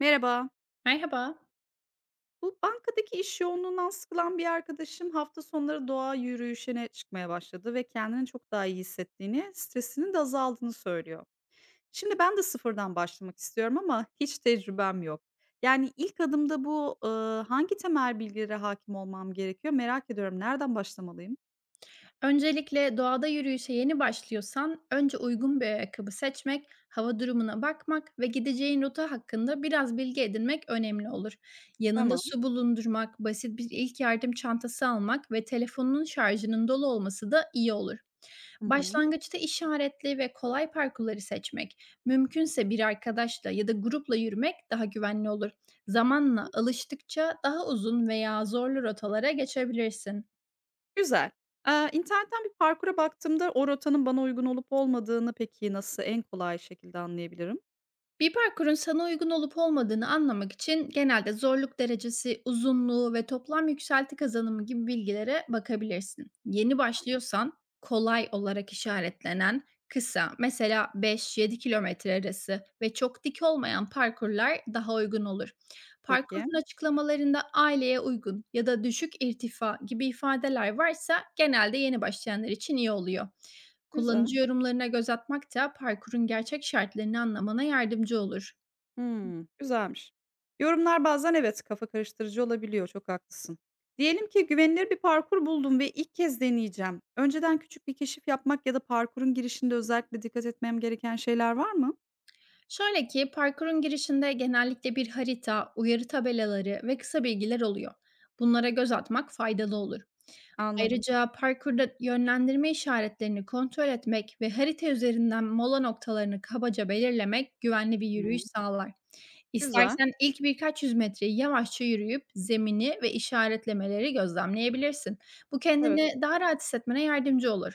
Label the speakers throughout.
Speaker 1: Merhaba.
Speaker 2: Merhaba.
Speaker 1: Bu bankadaki iş yoğunluğundan sıkılan bir arkadaşım hafta sonları doğa yürüyüşüne çıkmaya başladı ve kendini çok daha iyi hissettiğini, stresinin de azaldığını söylüyor. Şimdi ben de sıfırdan başlamak istiyorum ama hiç tecrübem yok. Yani ilk adımda hangi temel bilgilere hakim olmam gerekiyor merak ediyorum. Nereden başlamalıyım?
Speaker 2: Öncelikle doğada yürüyüşe yeni başlıyorsan önce uygun bir ayakkabı seçmek, hava durumuna bakmak ve gideceğin rota hakkında biraz bilgi edinmek önemli olur. Yanında
Speaker 1: Tamam.
Speaker 2: su bulundurmak, basit bir ilk yardım çantası almak ve telefonunun şarjının dolu olması da iyi olur.
Speaker 1: Hı hı.
Speaker 2: Başlangıçta işaretli ve kolay parkurları seçmek, mümkünse bir arkadaşla ya da grupla yürümek daha güvenli olur. Zamanla alıştıkça daha uzun veya zorlu rotalara geçebilirsin.
Speaker 1: Güzel. İnternetten bir parkura baktığımda o rotanın bana uygun olup olmadığını peki nasıl en kolay şekilde anlayabilirim?
Speaker 2: Bir parkurun sana uygun olup olmadığını anlamak için genelde zorluk derecesi, uzunluğu ve toplam yükselti kazanımı gibi bilgilere bakabilirsin. Yeni
Speaker 1: Tamam.
Speaker 2: başlıyorsan kolay olarak işaretlenen, kısa, mesela 5-7 kilometre arası ve çok dik olmayan parkurlar daha uygun olur.
Speaker 1: Peki.
Speaker 2: Parkurun açıklamalarında aileye uygun ya da düşük irtifa gibi ifadeler varsa genelde yeni başlayanlar için iyi oluyor.
Speaker 1: Güzel.
Speaker 2: Kullanıcı yorumlarına göz atmak da parkurun gerçek şartlarını anlamana yardımcı olur.
Speaker 1: Hımm, güzelmiş. Yorumlar bazen, evet, kafa karıştırıcı olabiliyor, çok haklısın. Diyelim ki güvenilir bir parkur buldum ve ilk kez deneyeceğim. Önceden küçük bir keşif yapmak ya da parkurun girişinde özellikle dikkat etmem gereken şeyler var mı?
Speaker 2: Şöyle ki, parkurun girişinde genellikle bir harita, uyarı tabelaları ve kısa bilgiler oluyor. Bunlara göz atmak faydalı olur.
Speaker 1: Anladım.
Speaker 2: Ayrıca parkurda yönlendirme işaretlerini kontrol etmek ve harita üzerinden mola noktalarını kabaca belirlemek güvenli bir
Speaker 1: Hıı.
Speaker 2: yürüyüş sağlar.
Speaker 1: Güzel.
Speaker 2: İstersen ilk birkaç yüz metreyi yavaşça yürüyüp zemini ve işaretlemeleri gözlemleyebilirsin. Bu,
Speaker 1: Evet,
Speaker 2: kendini daha rahat hissetmene yardımcı olur.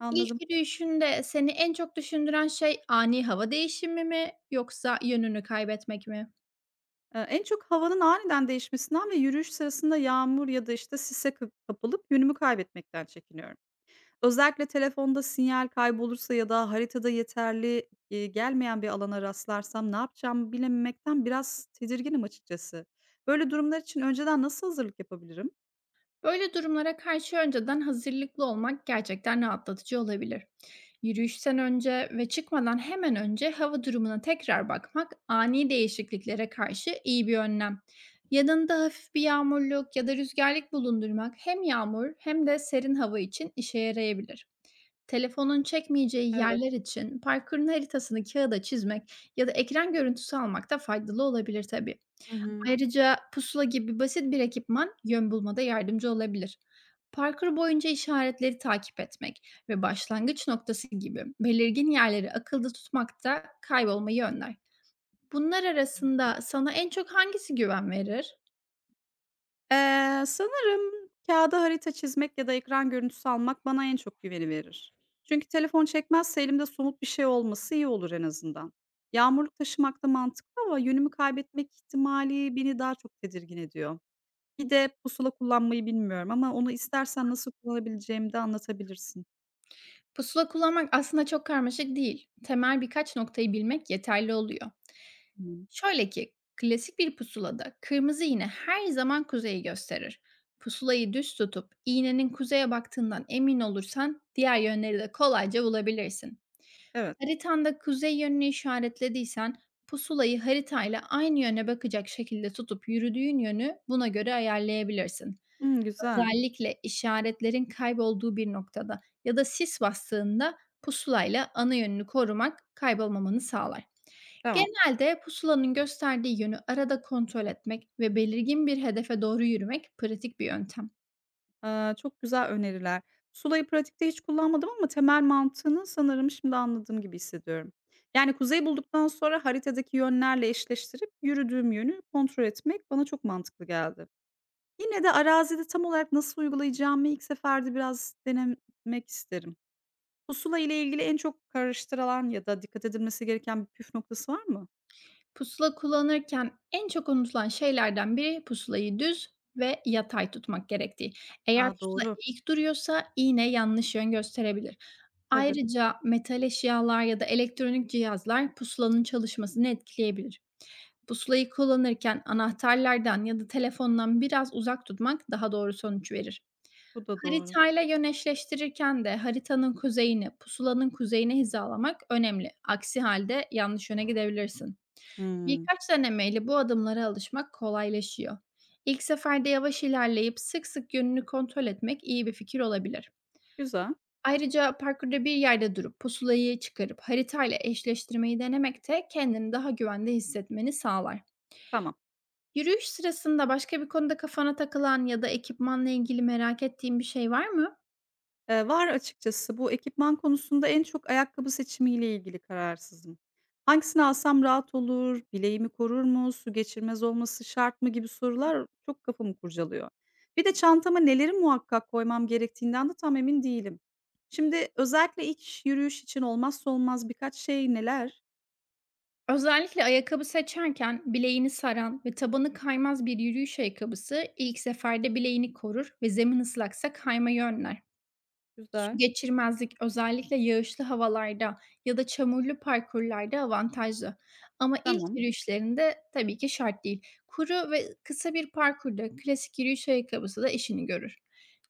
Speaker 1: anladım.
Speaker 2: İlk yürüyüşünde seni en çok düşündüren şey ani hava değişimi mi yoksa yönünü kaybetmek mi?
Speaker 1: En çok havanın aniden değişmesinden ve yürüyüş sırasında yağmur ya da, işte, sise kı kapılıp yönümü kaybetmekten çekiniyorum. Özellikle telefonda sinyal kaybolursa ya da haritada yeterli gelmeyen bir alana rastlarsam ne yapacağımı bilememekten biraz tedirginim açıkçası. Böyle durumlar için önceden nasıl hazırlık yapabilirim?
Speaker 2: Böyle durumlara karşı önceden hazırlıklı olmak gerçekten rahatlatıcı olabilir. Yürüyüşten önce ve çıkmadan hemen önce hava durumuna tekrar bakmak, ani değişikliklere karşı iyi bir önlem. Yanında hafif bir yağmurluk ya da rüzgarlık bulundurmak hem yağmur hem de serin hava için işe yarayabilir. Telefonun çekmeyeceği
Speaker 1: Evet.
Speaker 2: yerler için parkurun haritasını kağıda çizmek ya da ekran görüntüsü almak da faydalı olabilir tabii.
Speaker 1: Hı hı.
Speaker 2: Ayrıca pusula gibi basit bir ekipman yön bulmada yardımcı olabilir. Parkur boyunca işaretleri takip etmek ve başlangıç noktası gibi belirgin yerleri akılda tutmak da kaybolmayı önler. Bunlar arasında sana en çok hangisi güven verir?
Speaker 1: Sanırım kağıda harita çizmek ya da ekran görüntüsü almak bana en çok güveni verir. Çünkü telefon çekmezse elimde somut bir şey olması iyi olur en azından. Yağmurluk taşımak da mantıklı ama yönümü kaybetmek ihtimali beni daha çok tedirgin ediyor. Bir de pusula kullanmayı bilmiyorum ama onu istersen nasıl kullanabileceğimi de anlatabilirsin.
Speaker 2: Pusula kullanmak aslında çok karmaşık değil. Temel birkaç noktayı bilmek yeterli oluyor.
Speaker 1: Hımm.
Speaker 2: Şöyle ki, klasik bir pusulada kırmızı iğne her zaman kuzeyi gösterir. Pusulayı düz tutup iğnenin kuzeye baktığından emin olursan diğer yönleri de kolayca bulabilirsin.
Speaker 1: Evet.
Speaker 2: Haritanda kuzey yönünü işaretlediysen, pusulayı haritayla aynı yöne bakacak şekilde tutup yürüdüğün yönü buna göre ayarlayabilirsin.
Speaker 1: Hımm, güzel.
Speaker 2: Özellikle işaretlerin kaybolduğu bir noktada ya da sis bastığında pusulayla ana yönünü korumak kaybolmamanı sağlar.
Speaker 1: Tamam.
Speaker 2: Genelde pusulanın gösterdiği yönü arada kontrol etmek ve belirgin bir hedefe doğru yürümek pratik bir yöntem.
Speaker 1: Aaa, çok güzel öneriler. Pusulayı pratikte hiç kullanmadım ama temel mantığını sanırım şimdi anladığım gibi hissediyorum. Yani kuzey bulduktan sonra haritadaki yönlerle eşleştirip yürüdüğüm yönü kontrol etmek bana çok mantıklı geldi. Yine de arazide tam olarak nasıl uygulayacağımı ilk seferde biraz denemek isterim. Pusula ile ilgili en çok karıştırılan ya da dikkat edilmesi gereken bir püf noktası var mı?
Speaker 2: Pusula kullanırken en çok unutulan şeylerden biri, pusulayı düz ve yatay tutmak gerektiği. Eğer
Speaker 1: A,
Speaker 2: pusula
Speaker 1: doğru.
Speaker 2: eğik duruyorsa iğne yanlış yön gösterebilir.
Speaker 1: Tabii,
Speaker 2: Ayrıca metal eşyalar ya da elektronik cihazlar pusulanın çalışmasını etkileyebilir. Pusulayı kullanırken anahtarlardan ya da telefondan biraz uzak tutmak daha doğru sonuç verir.
Speaker 1: bu da doğru.
Speaker 2: Haritayla yöneşleştirirken de haritanın kuzeyini pusulanın kuzeyine hizalamak önemli. Aksi halde yanlış yöne gidebilirsin.
Speaker 1: Hımm.
Speaker 2: Birkaç denemeyle bu adımlara alışmak kolaylaşıyor. İlk seferde yavaş ilerleyip sık sık yönünü kontrol etmek iyi bir fikir olabilir.
Speaker 1: Güzel,
Speaker 2: Ayrıca parkurda bir yerde durup pusulayı çıkarıp haritayla eşleştirmeyi denemek de kendini daha güvende hissetmeni sağlar.
Speaker 1: tamam.
Speaker 2: Yürüyüş sırasında başka bir konuda kafana takılan ya da ekipmanla ilgili merak ettiğin bir şey var mı?
Speaker 1: Var açıkçası. Bu ekipman konusunda en çok ayakkabı seçimiyle ilgili kararsızım. Hangisini alsam rahat olur, bileğimi korur mu, su geçirmez olması şart mı gibi sorular çok kafamı kurcalıyor. Bir de çantama neleri muhakkak koymam gerektiğinden de tam emin değilim. Şimdi özellikle ilk iş yürüyüş için olmazsa olmaz birkaç şey neler?
Speaker 2: Özellikle ayakkabı seçerken bileğini saran ve tabanı kaymaz bir yürüyüş ayakkabısı ilk seferde bileğini korur ve zemin ıslaksa kayma önler. Su
Speaker 1: Güzel,
Speaker 2: geçirmezlik özellikle yağışlı havalarda ya da çamurlu parkurlarda avantajlı. Ama ilk
Speaker 1: tamam.
Speaker 2: yürüyüşlerinde tabii ki şart değil. Kuru ve kısa bir parkurda klasik yürüyüş ayakkabısı da işini görür.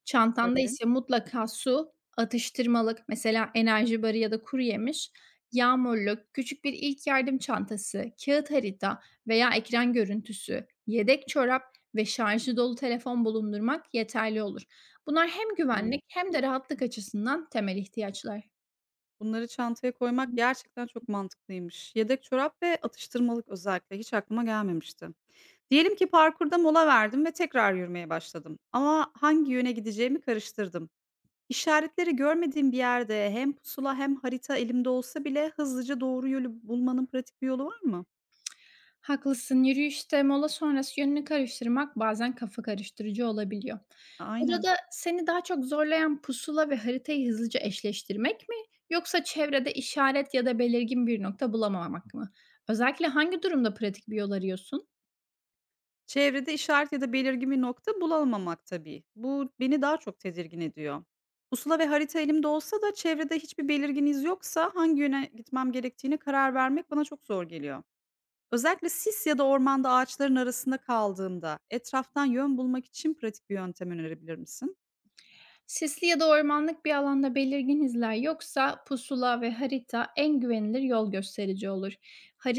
Speaker 2: Çantanda
Speaker 1: Tabii.
Speaker 2: ise mutlaka su, atıştırmalık, mesela enerji barı ya da kuru yemiş, yağmurluk, küçük bir ilk yardım çantası, kağıt harita veya ekran görüntüsü, yedek çorap ve şarjı dolu telefon bulundurmak yeterli olur. Bunlar hem güvenlik hem de rahatlık açısından temel ihtiyaçlar.
Speaker 1: Bunları çantaya koymak gerçekten çok mantıklıymış. Yedek çorap ve atıştırmalık özellikle hiç aklıma gelmemişti. Diyelim ki parkurda mola verdim ve tekrar yürümeye başladım. Ama hangi yöne gideceğimi karıştırdım. İşaretleri görmediğim bir yerde hem pusula hem harita elimde olsa bile hızlıca doğru yolu bulmanın pratik bir yolu var mı?
Speaker 2: Haklısın. Yürüyüşte mola sonrası yönünü karıştırmak bazen kafa karıştırıcı olabiliyor.
Speaker 1: Aynen.
Speaker 2: Burada seni daha çok zorlayan pusula ve haritayı hızlıca eşleştirmek mi, yoksa çevrede işaret ya da belirgin bir nokta bulamamak mı? Özellikle hangi durumda pratik bir yol arıyorsun?
Speaker 1: Çevrede işaret ya da belirgin bir nokta bulamamak tabii. Bu beni daha çok tedirgin ediyor. Pusula ve harita elimde olsa da çevrede hiçbir belirgin iz yoksa hangi yöne gitmem gerektiğine karar vermek bana çok zor geliyor. Özellikle sis ya da ormanda ağaçların arasında kaldığımda etraftan yön bulmak için pratik bir yöntem önerebilir misin?
Speaker 2: Sisli ya da ormanlık bir alanda belirgin izler yoksa pusula ve harita en güvenilir yol gösterici olur.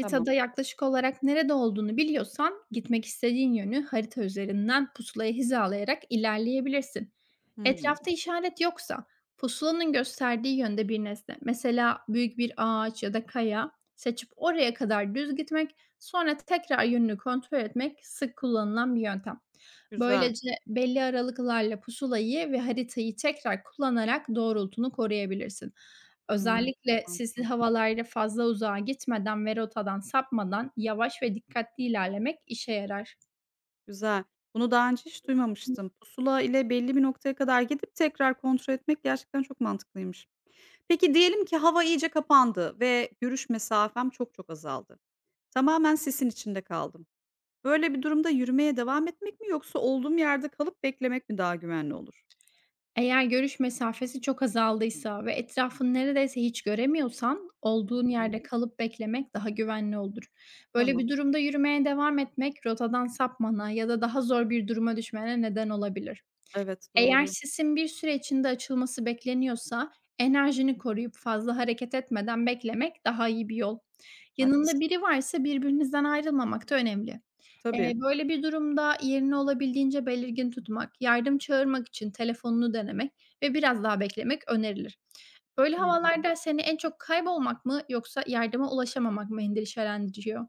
Speaker 1: Tamam.
Speaker 2: yaklaşık olarak nerede olduğunu biliyorsan gitmek istediğin yönü harita üzerinden pusulaya hizalayarak ilerleyebilirsin.
Speaker 1: Hmm,
Speaker 2: Etrafta işaret yoksa pusulanın gösterdiği yönde bir nesne, mesela büyük bir ağaç ya da kaya seçip oraya kadar düz gitmek, sonra tekrar yönünü kontrol etmek sık kullanılan bir yöntem.
Speaker 1: güzel.
Speaker 2: Böylece belli aralıklarla pusulayı ve haritayı tekrar kullanarak doğrultunu koruyabilirsin.
Speaker 1: Hmm.
Speaker 2: Özellikle sisli
Speaker 1: Mantıklı.
Speaker 2: havalarda fazla uzağa gitmeden ve rotadan sapmadan yavaş ve dikkatli ilerlemek işe yarar.
Speaker 1: Güzel. Bunu daha önce hiç duymamıştım. Pusula ile belli bir noktaya kadar gidip tekrar kontrol etmek gerçekten çok mantıklıymış. Peki diyelim ki hava iyice kapandı ve görüş mesafem çok azaldı. Tamamen sesin içinde kaldım. Böyle bir durumda yürümeye devam etmek mi yoksa olduğum yerde kalıp beklemek mi daha güvenli olur?
Speaker 2: Eğer görüş mesafesi çok azaldıysa ve etrafını neredeyse hiç göremiyorsan olduğun
Speaker 1: Hı,
Speaker 2: yerde kalıp beklemek daha güvenli olur. Böyle
Speaker 1: tamam.
Speaker 2: bir durumda yürümeye devam etmek rotadan sapmana ya da daha zor bir duruma düşmene neden olabilir.
Speaker 1: Evet,
Speaker 2: Eğer
Speaker 1: doğru.
Speaker 2: sisin bir süre içinde açılması bekleniyorsa, enerjini koruyup fazla hareket etmeden beklemek daha iyi bir yol. Yanında
Speaker 1: Haklısın.
Speaker 2: biri varsa birbirinizden ayrılmamak da önemli.
Speaker 1: Tabii.
Speaker 2: Böyle bir durumda yerini olabildiğince belirgin tutmak, yardım çağırmak için telefonunu denemek ve biraz daha beklemek önerilir. Böyle
Speaker 1: Hı.
Speaker 2: havalarda seni en çok kaybolmak mı yoksa yardıma ulaşamamak mı endişelendiriyor?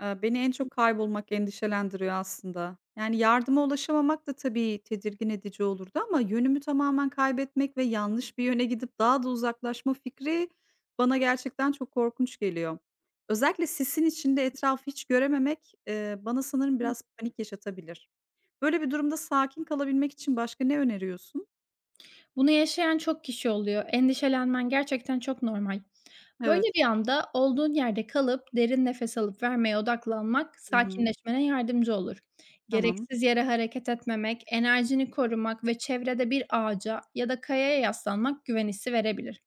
Speaker 1: Beni en çok kaybolmak endişelendiriyor aslında. Yani yardıma ulaşamamak da tabii tedirgin edici olurdu ama yönümü tamamen kaybetmek ve yanlış bir yöne gidip daha da uzaklaşma fikri bana gerçekten çok korkunç geliyor. Özellikle sisin içinde etrafı hiç görememek, bana sanırım biraz panik yaşatabilir. Böyle bir durumda sakin kalabilmek için başka ne öneriyorsun?
Speaker 2: Bunu yaşayan çok kişi oluyor. Endişelenmen gerçekten çok normal. Böyle
Speaker 1: Evet.
Speaker 2: bir anda olduğun yerde kalıp derin nefes alıp vermeye odaklanmak
Speaker 1: Hı hı.
Speaker 2: sakinleşmene yardımcı olur.
Speaker 1: Tamam.
Speaker 2: Gereksiz yere hareket etmemek, enerjini korumak ve çevrede bir ağaca ya da kayaya yaslanmak güven hissi verebilir.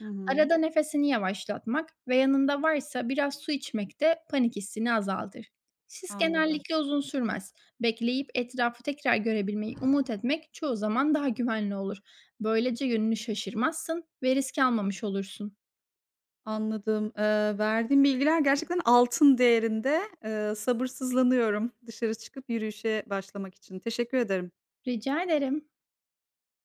Speaker 1: Hı hı.
Speaker 2: Arada nefesini yavaşlatmak ve yanında varsa biraz su içmek de panik hissini azaltır. Sis
Speaker 1: Anladım.
Speaker 2: genellikle uzun sürmez. Bekleyip etrafı tekrar görebilmeyi umut etmek çoğu zaman daha güvenli olur. Böylece yönünü şaşırmazsın ve risk almamış olursun.
Speaker 1: Anladım. Verdiğin bilgiler gerçekten altın değerinde. Sabırsızlanıyorum dışarı çıkıp yürüyüşe başlamak için. Teşekkür ederim.
Speaker 2: Rica ederim.